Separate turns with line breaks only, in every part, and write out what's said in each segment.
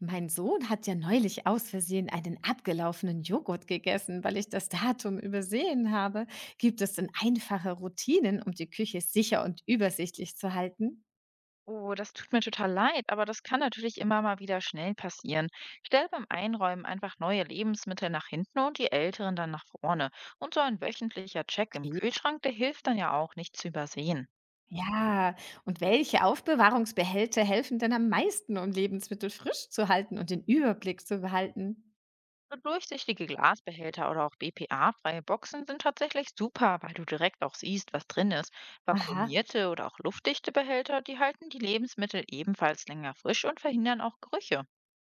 Mein Sohn hat ja neulich aus Versehen einen abgelaufenen Joghurt gegessen, weil ich das Datum übersehen habe. Gibt es denn einfache Routinen, um die Küche sicher und übersichtlich zu halten?
Oh, das tut mir total leid, aber das kann natürlich immer mal wieder schnell passieren. Stell beim Einräumen einfach neue Lebensmittel nach hinten und die älteren dann nach vorne. Und so ein wöchentlicher Check im
Okay.
Kühlschrank, der hilft dann ja auch, nicht zu übersehen.
Ja, und welche Aufbewahrungsbehälter helfen denn am meisten, um Lebensmittel frisch zu halten und den Überblick zu behalten?
So durchsichtige Glasbehälter oder auch BPA-freie Boxen sind tatsächlich super, weil du direkt auch siehst, was drin ist.
Aha.
Vakuumierte oder auch luftdichte Behälter, die halten die Lebensmittel ebenfalls länger frisch und verhindern auch Gerüche.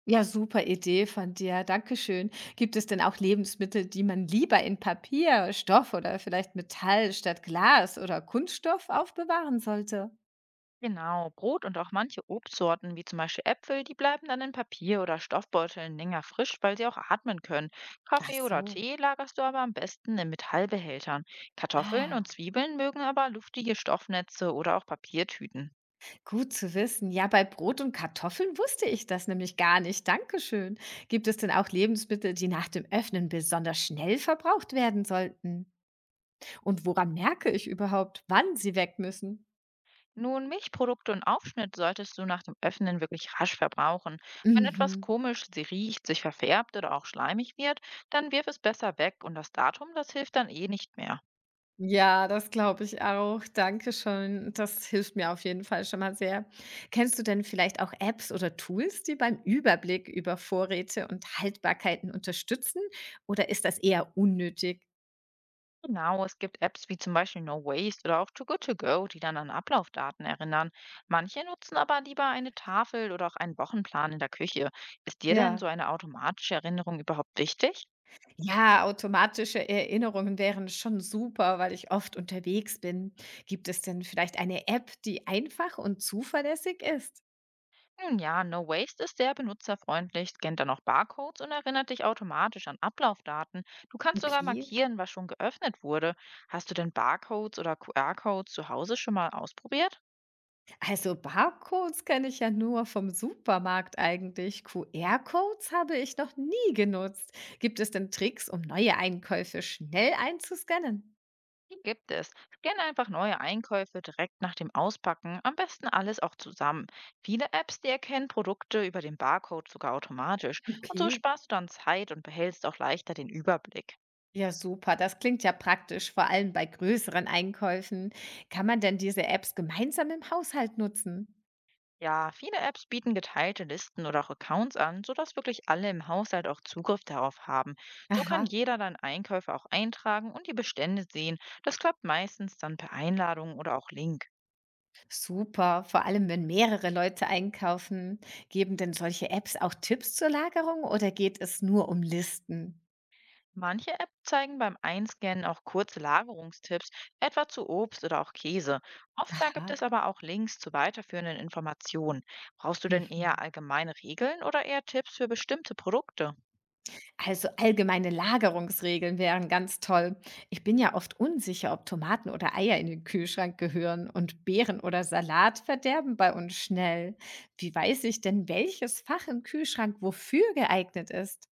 Ja, super Idee von dir. Dankeschön. Gibt es denn auch Lebensmittel, die man lieber in Papier, Stoff oder vielleicht Metall statt Glas oder Kunststoff aufbewahren sollte?
Genau, Brot und auch manche Obstsorten, wie zum Beispiel Äpfel, die bleiben dann in Papier- oder Stoffbeuteln länger frisch, weil sie auch atmen können.
Ach
Kaffee oder
so.
Tee lagerst du aber am besten in Metallbehältern. Kartoffeln und
Ah,
Zwiebeln mögen aber luftige Stoffnetze oder auch Papiertüten.
gut zu wissen. Ja, bei Brot und Kartoffeln wusste ich das nämlich gar nicht. Dankeschön. Gibt es denn auch Lebensmittel, die nach dem Öffnen besonders schnell verbraucht werden sollten? Und woran merke ich überhaupt, wann sie weg müssen?
Nun, Milchprodukte und Aufschnitt solltest du nach dem Öffnen wirklich rasch verbrauchen. Wenn etwas
Mhm.
komisch sie riecht, sich verfärbt oder auch schleimig wird, dann wirf es besser weg und das Datum, das hilft dann eh nicht mehr.
Ja, das glaube ich auch. Danke schön. Das hilft mir auf jeden Fall schon mal sehr. Kennst du denn vielleicht auch Apps oder Tools, die beim Überblick über Vorräte und Haltbarkeiten unterstützen? Oder ist das eher unnötig?
Genau, es gibt Apps wie zum Beispiel No Waste oder auch Too Good To Go, die dann an Ablaufdaten erinnern. Manche nutzen aber lieber eine Tafel oder auch einen Wochenplan in der Küche. Ist dir denn so
Ja,
eine automatische Erinnerung überhaupt wichtig?
Ja, automatische Erinnerungen wären schon super, weil ich oft unterwegs bin. Gibt es denn vielleicht eine App, die einfach und zuverlässig ist?
Nun ja, No Waste ist sehr benutzerfreundlich, scannt dann auch Barcodes und erinnert dich automatisch an Ablaufdaten. Du kannst sogar
Okay.
markieren, was schon geöffnet wurde. Hast du denn Barcodes oder QR-Codes zu Hause schon mal ausprobiert?
Also Barcodes kenne ich ja nur vom Supermarkt eigentlich. QR-Codes habe ich noch nie genutzt. Gibt es denn Tricks, um neue Einkäufe schnell einzuscannen?
Die gibt es. Scanne einfach neue Einkäufe direkt nach dem Auspacken, am besten alles auch zusammen. Viele Apps, die erkennen Produkte über den Barcode sogar automatisch, und so
Okay.
sparst du dann Zeit und behältst auch leichter den Überblick.
Ja, super. Das klingt ja praktisch, vor allem bei größeren Einkäufen. Kann man denn diese Apps gemeinsam im Haushalt nutzen?
Ja, viele Apps bieten geteilte Listen oder auch Accounts an, sodass wirklich alle im Haushalt auch Zugriff darauf haben. So kann
Aha,
jeder dann Einkäufe auch eintragen und die Bestände sehen. Das klappt meistens dann per Einladung oder auch Link.
super. Vor allem, wenn mehrere Leute einkaufen. Geben denn solche Apps auch Tipps zur Lagerung oder geht es nur um Listen?
Manche Apps zeigen beim Einscannen auch kurze Lagerungstipps, etwa zu Obst oder auch Käse. Oft da gibt
Aha.
es aber auch Links zu weiterführenden Informationen. Brauchst du denn eher
Mhm.
allgemeine Regeln oder eher Tipps für bestimmte Produkte?
Also allgemeine Lagerungsregeln wären ganz toll. Ich bin ja oft unsicher, ob Tomaten oder Eier in den Kühlschrank gehören und Beeren oder Salat verderben bei uns schnell. Wie weiß ich denn, welches Fach im Kühlschrank wofür geeignet ist?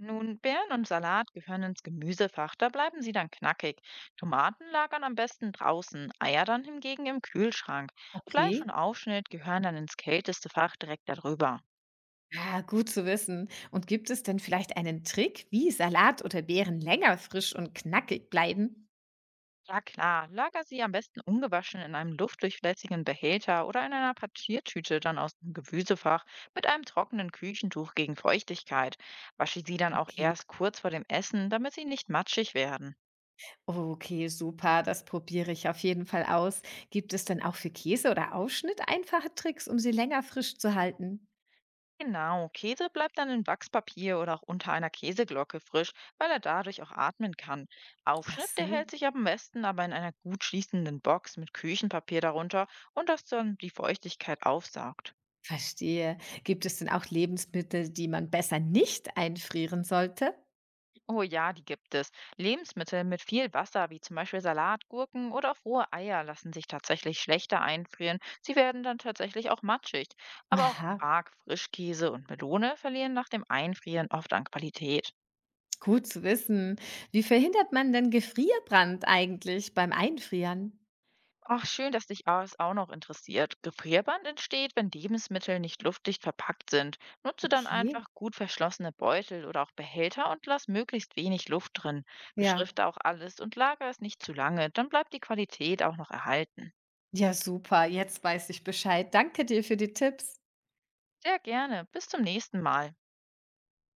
Nun, Beeren und Salat gehören ins Gemüsefach, da bleiben sie dann knackig. Tomaten lagern am besten draußen, Eier dann hingegen im Kühlschrank. Fleisch
Okay.
und Aufschnitt gehören dann ins kälteste Fach direkt darüber.
Ah, gut zu wissen. Und gibt es denn vielleicht einen Trick, wie Salat oder Beeren länger frisch und knackig bleiben?
Ja klar, lager sie am besten ungewaschen in einem luftdurchlässigen Behälter oder in einer Papiertüte dann aus dem Gewüsefach mit einem trockenen Küchentuch gegen Feuchtigkeit. Wasche sie dann auch
Okay.
erst kurz vor dem Essen, damit sie nicht matschig werden.
Okay, super, das probiere ich auf jeden Fall aus. Gibt es denn auch für Käse oder Aufschnitt einfache Tricks, um sie länger frisch zu halten?
Genau, Käse bleibt dann in Wachspapier oder auch unter einer Käseglocke frisch, weil er dadurch auch atmen kann.
Ach
Aufschnitt, der
so,
hält sich am besten aber in einer gut schließenden Box mit Küchenpapier darunter, und das dann die Feuchtigkeit aufsaugt.
verstehe. Gibt es denn auch Lebensmittel, die man besser nicht einfrieren sollte?
Oh ja, die gibt es. Lebensmittel mit viel Wasser, wie zum Beispiel Salat, Gurken oder auch rohe Eier, lassen sich tatsächlich schlechter einfrieren. Sie werden dann tatsächlich auch matschig. Aber auch
Aha,
Quark, Frischkäse und Melone verlieren nach dem Einfrieren oft an Qualität.
gut zu wissen. Wie verhindert man denn Gefrierbrand eigentlich beim Einfrieren?
Ach, schön, dass dich das auch noch interessiert. Gefrierband entsteht, wenn Lebensmittel nicht luftdicht verpackt sind. Nutze dann
Okay,
einfach gut verschlossene Beutel oder auch Behälter und lass möglichst wenig Luft drin.
ja.
Beschrifte auch alles und lager es nicht zu lange, dann bleibt die Qualität auch noch erhalten.
Ja, super, jetzt weiß ich Bescheid. Danke dir für die Tipps.
Sehr gerne. Bis zum nächsten Mal.